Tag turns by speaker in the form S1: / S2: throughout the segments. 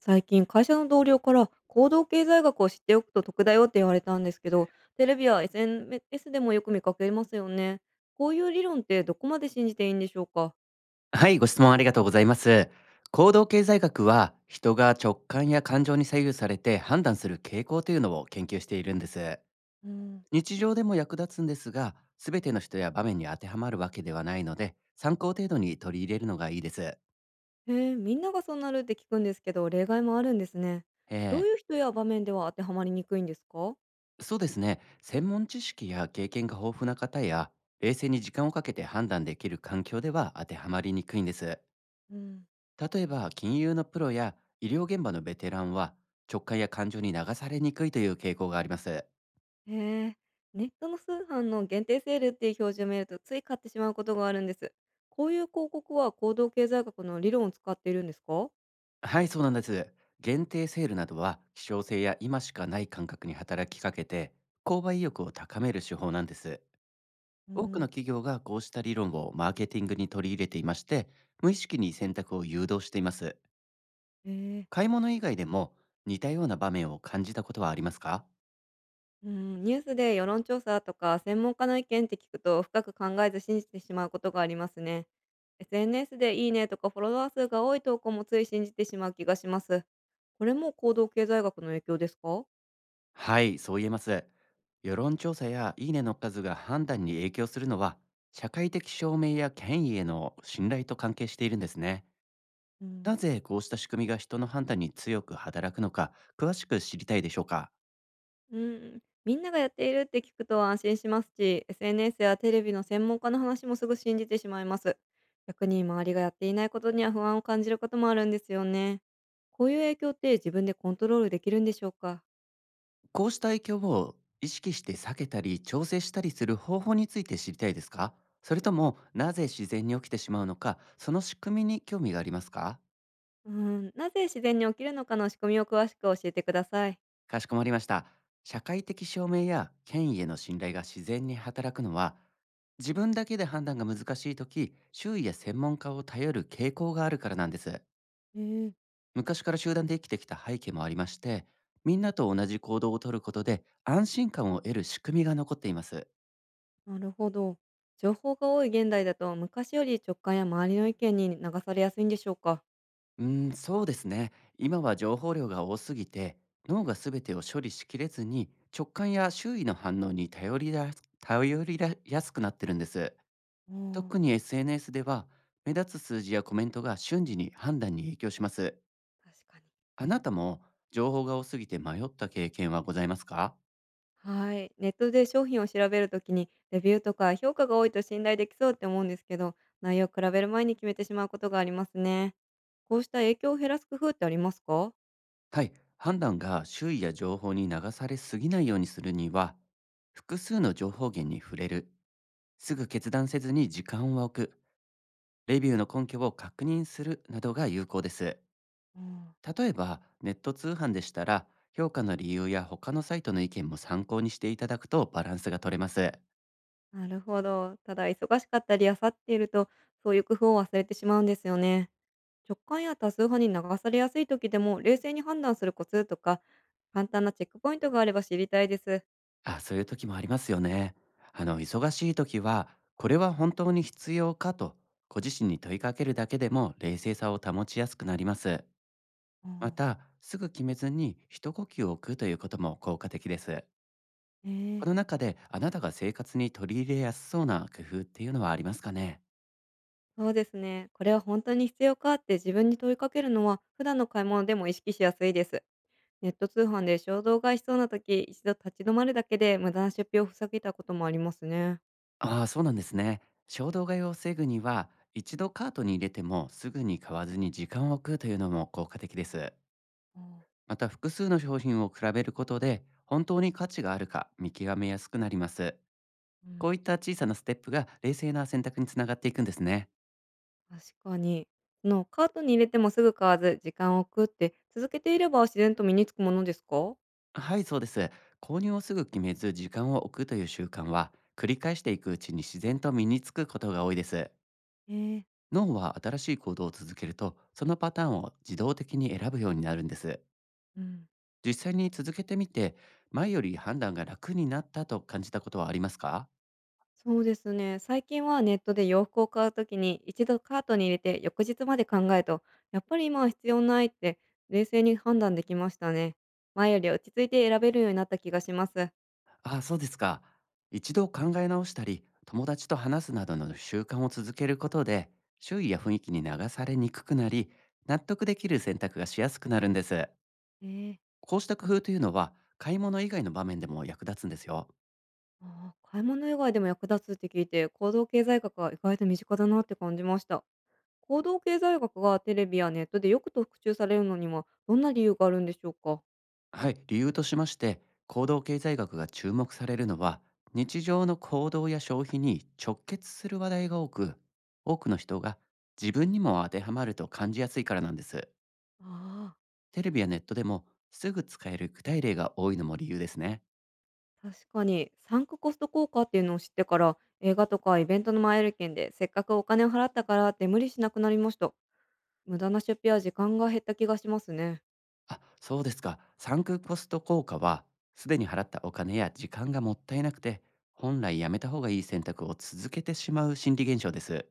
S1: 最近会社の同僚から行動経済学を知っておくと得だよって言われたんですけど、テレビや SNS でもよく見かけますよね。こういう理論ってどこまで信じていいんでしょうか。
S2: はい、ご質問ありがとうございます。行動経済学は、人が直感や感情に左右されて判断する傾向というのを研究しているんです。
S1: うん。
S2: 日常でも役立つんですが、すべての人や場面に当てはまるわけではないので、参考程度に取り入れるのがいいです。
S1: へえ、みんながそうなるって聞くんですけど、例外もあるんですね。どう
S2: え
S1: いう人や場面では当てはまりにくいんですか。
S2: そうですね。専門知識や経験が豊富な方や、冷静に時間をかけて判断できる環境では当てはまりにくいんです。
S1: うん。
S2: 例えば金融のプロや医療現場のベテランは直感や感情に流されにくいという傾向があります。
S1: へえ、ネットの通販の限定セールっていう表示を見るとつい買ってしまうことがあるんです。こういう広告は行動経済学の理論を使っているんですか。
S2: はい、そうなんです。限定セールなどは希少性や今しかない感覚に働きかけて購買意欲を高める手法なんです。
S1: う
S2: 多くの
S1: ん。
S2: 企業がこうした理論をマーケティングに取り入れていまして、無意識に選択を誘導しています。
S1: へえ。
S2: 買い物以外でも似たような場面を感じたことはありますか？
S1: うん、ニュースで世論調査とか専門家の意見って聞くと深く考えず信じてしまうことがありますね。SNS でいいねとかフォロワー数が多い投稿もつい信じてしまう気がします。これも行動経済学の影響ですか。
S2: はい、そう言えます。世論調査やいいねの数が判断に影響するのは、社会的証明や権威への信頼と関係しているんですね。
S1: う
S2: な
S1: ん。
S2: ぜこうした仕組みが人の判断に強く働くのか、詳しく知りたいでしょうか。
S1: うん、みんながやっているって聞くと安心しますし、SNS やテレビの専門家の話もすぐ信じてしまいます。逆に周りがやっていないことには不安を感じることもあるんですよね。こういう影響って自分でコントロールできるんでしょうか。
S2: こうした影響を意識して避けたり調整したりする方法について知りたいですか？それとも、なぜ自然に起きてしまうのか、その仕組みに興味がありますか？
S1: うん、なぜ自然に起きるのかの仕組みを詳しく教えてください。
S2: かしこまりました。社会的証明や権威への信頼が自然に働くのは、自分だけで判断が難しいとき、周囲や専門家を頼る傾向があるからなんです。
S1: えー。
S2: 昔から集団で生きてきた背景もありまして、みんなと同じ行動をとることで安心感を得る仕組みが残っています。
S1: なるほど。情報が多い現代だと昔より直感や周りの意見に流されやすいんでしょうか。
S2: うーん、そうですね。今は情報量が多すぎて、脳が全てを処理しきれずに、直感や周囲の反応に頼りやすくなってるんです。特
S1: あ、
S2: に SNS では目立つ数字やコメントが瞬時に判断に影響します。
S1: 確かに。
S2: あなたも情報が多すぎて迷った経験はございますか？
S1: はい。ネットで商品を調べるときに、レビューとか評価が多いと信頼できそうって思うんですけど、内容を比べる前に決めてしまうことがありますね。こうした影響を減らす工夫ってありますか。
S2: はい、判断が周囲や情報に流されすぎないようにするには、複数の情報源に触れる、すぐ決断せずに時間を置く、レビューの根拠を確認するなどが有効です。
S1: あん、
S2: 例えばネット通販でしたら、評価の理由や他のサイトの意見も参考にしていただくとバランスが取れます。
S1: なるほど。ただ、忙しかったり、漁っていると、そういう工夫を忘れてしまうんですよね。直感や多数派に流されやすい時でも、冷静に判断するコツとか、簡単なチェックポイントがあれば知りたいです。
S2: あ、そういう時もありますよね。あの、忙しい時は、これは本当に必要かと、ご自身に問いかけるだけでも冷静さを保ちやすくなります。
S1: う
S2: ま
S1: ん。
S2: た、すぐ決めずに一呼吸を置くということも効果的です。
S1: え
S2: こ
S1: え、
S2: の中で、あなたが生活に取り入れやすそうな工夫っていうのはありますかね？
S1: そうですね。これは本当に必要かって自分に問いかけるのは、普段の買い物でも意識しやすいです。ネット通販で衝動買いしそうな時、一度立ち止まるだけで無駄な出費を防げたこともありますね。
S2: ああ、そうなんですね。衝動買いを防ぐには、一度カートに入れてもすぐに買わずに時間を置くというのも効果的です。
S1: ああ。
S2: また複数の商品を比べることで本当に価値があるか見極めやすくなります。
S1: う
S2: こう
S1: ん。
S2: いった小さなステップが冷静な選択につながっていくんですね。
S1: 確かに。そのカートに入れてもすぐ買わず、時間を食って続けていれば自然と身につくものですか？
S2: はい、そうです。購入をすぐ決めず時間を置くという習慣は繰り返していくうちに自然と身につくことが多いです。
S1: えー。
S2: 脳は新しい行動を続けるとそのパターンを自動的に選ぶようになるんです。
S1: うん。
S2: 実際に続けてみて前より判断が楽になったと感じたことはありますか？
S1: そうですね。最近はネットで洋服を買うときに、一度カートに入れて翌日まで考えと、やっぱり今は必要ないって冷静に判断できましたね。前より落ち着いて選べるようになった気がします。
S2: ああ、そうですか。一度考え直したり、友達と話すなどの習慣を続けることで、周囲や雰囲気に流されにくくなり、納得できる選択がしやすくなるんです。
S1: え。
S2: こうした工夫というのは、買い物以外の場面でも役立つんですよ。
S1: ああ、買い物以外でも役立つって聞いて、行動経済学は意外と身近だなって感じました。行動経済学がテレビやネットでよく特注されるのにはどんな理由があるんでしょうか。
S2: はい、理由としまして、行動経済学が注目されるのは、日常の行動や消費に直結する話題が多く、多くの人が自分にも当てはまると感じやすいからなんです。
S1: ああ、
S2: テレビやネットでもすぐ使える具体例が多いのも理由ですね。
S1: 確かにサンクコスト効果っていうのを知ってから、映画とかイベントの前売り券でせっかくお金を払ったからって無理しなくなりました。無駄な出費や時間が減った気がしますね。
S2: あ、そうですか。サンクコスト効果は、すでに払ったお金や時間がもったいなくて、本来やめた方がいい選択を続けてしまう心理現象です。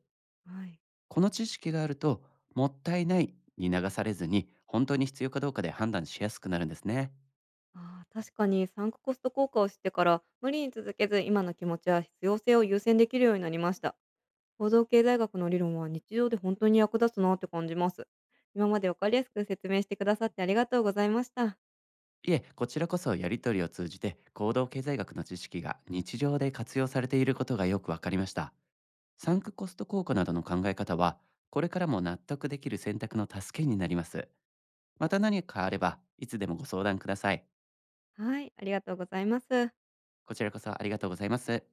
S1: はい。
S2: この知識があると、もったいないに流されずに、本当に必要かどうかで判断しやすくなるんですね。
S1: ああ、確かにサンクコスト効果を知ってから無理に続けず今の気持ちや必要性を優先できるようになりました。行動経済学の理論は日常で本当に役立つなって感じます。今までわかりやすく説明してくださってありがとうございました。
S2: いえ、こちらこそやりとりを通じて行動経済学の知識が日常で活用されていることがよくわかりました。サンクコスト効果などの考え方は、これからも納得できる選択の助けになります。また何かあれば、いつでもご相談ください。
S1: はい、ありがとうございます。
S2: こちらこそありがとうございます。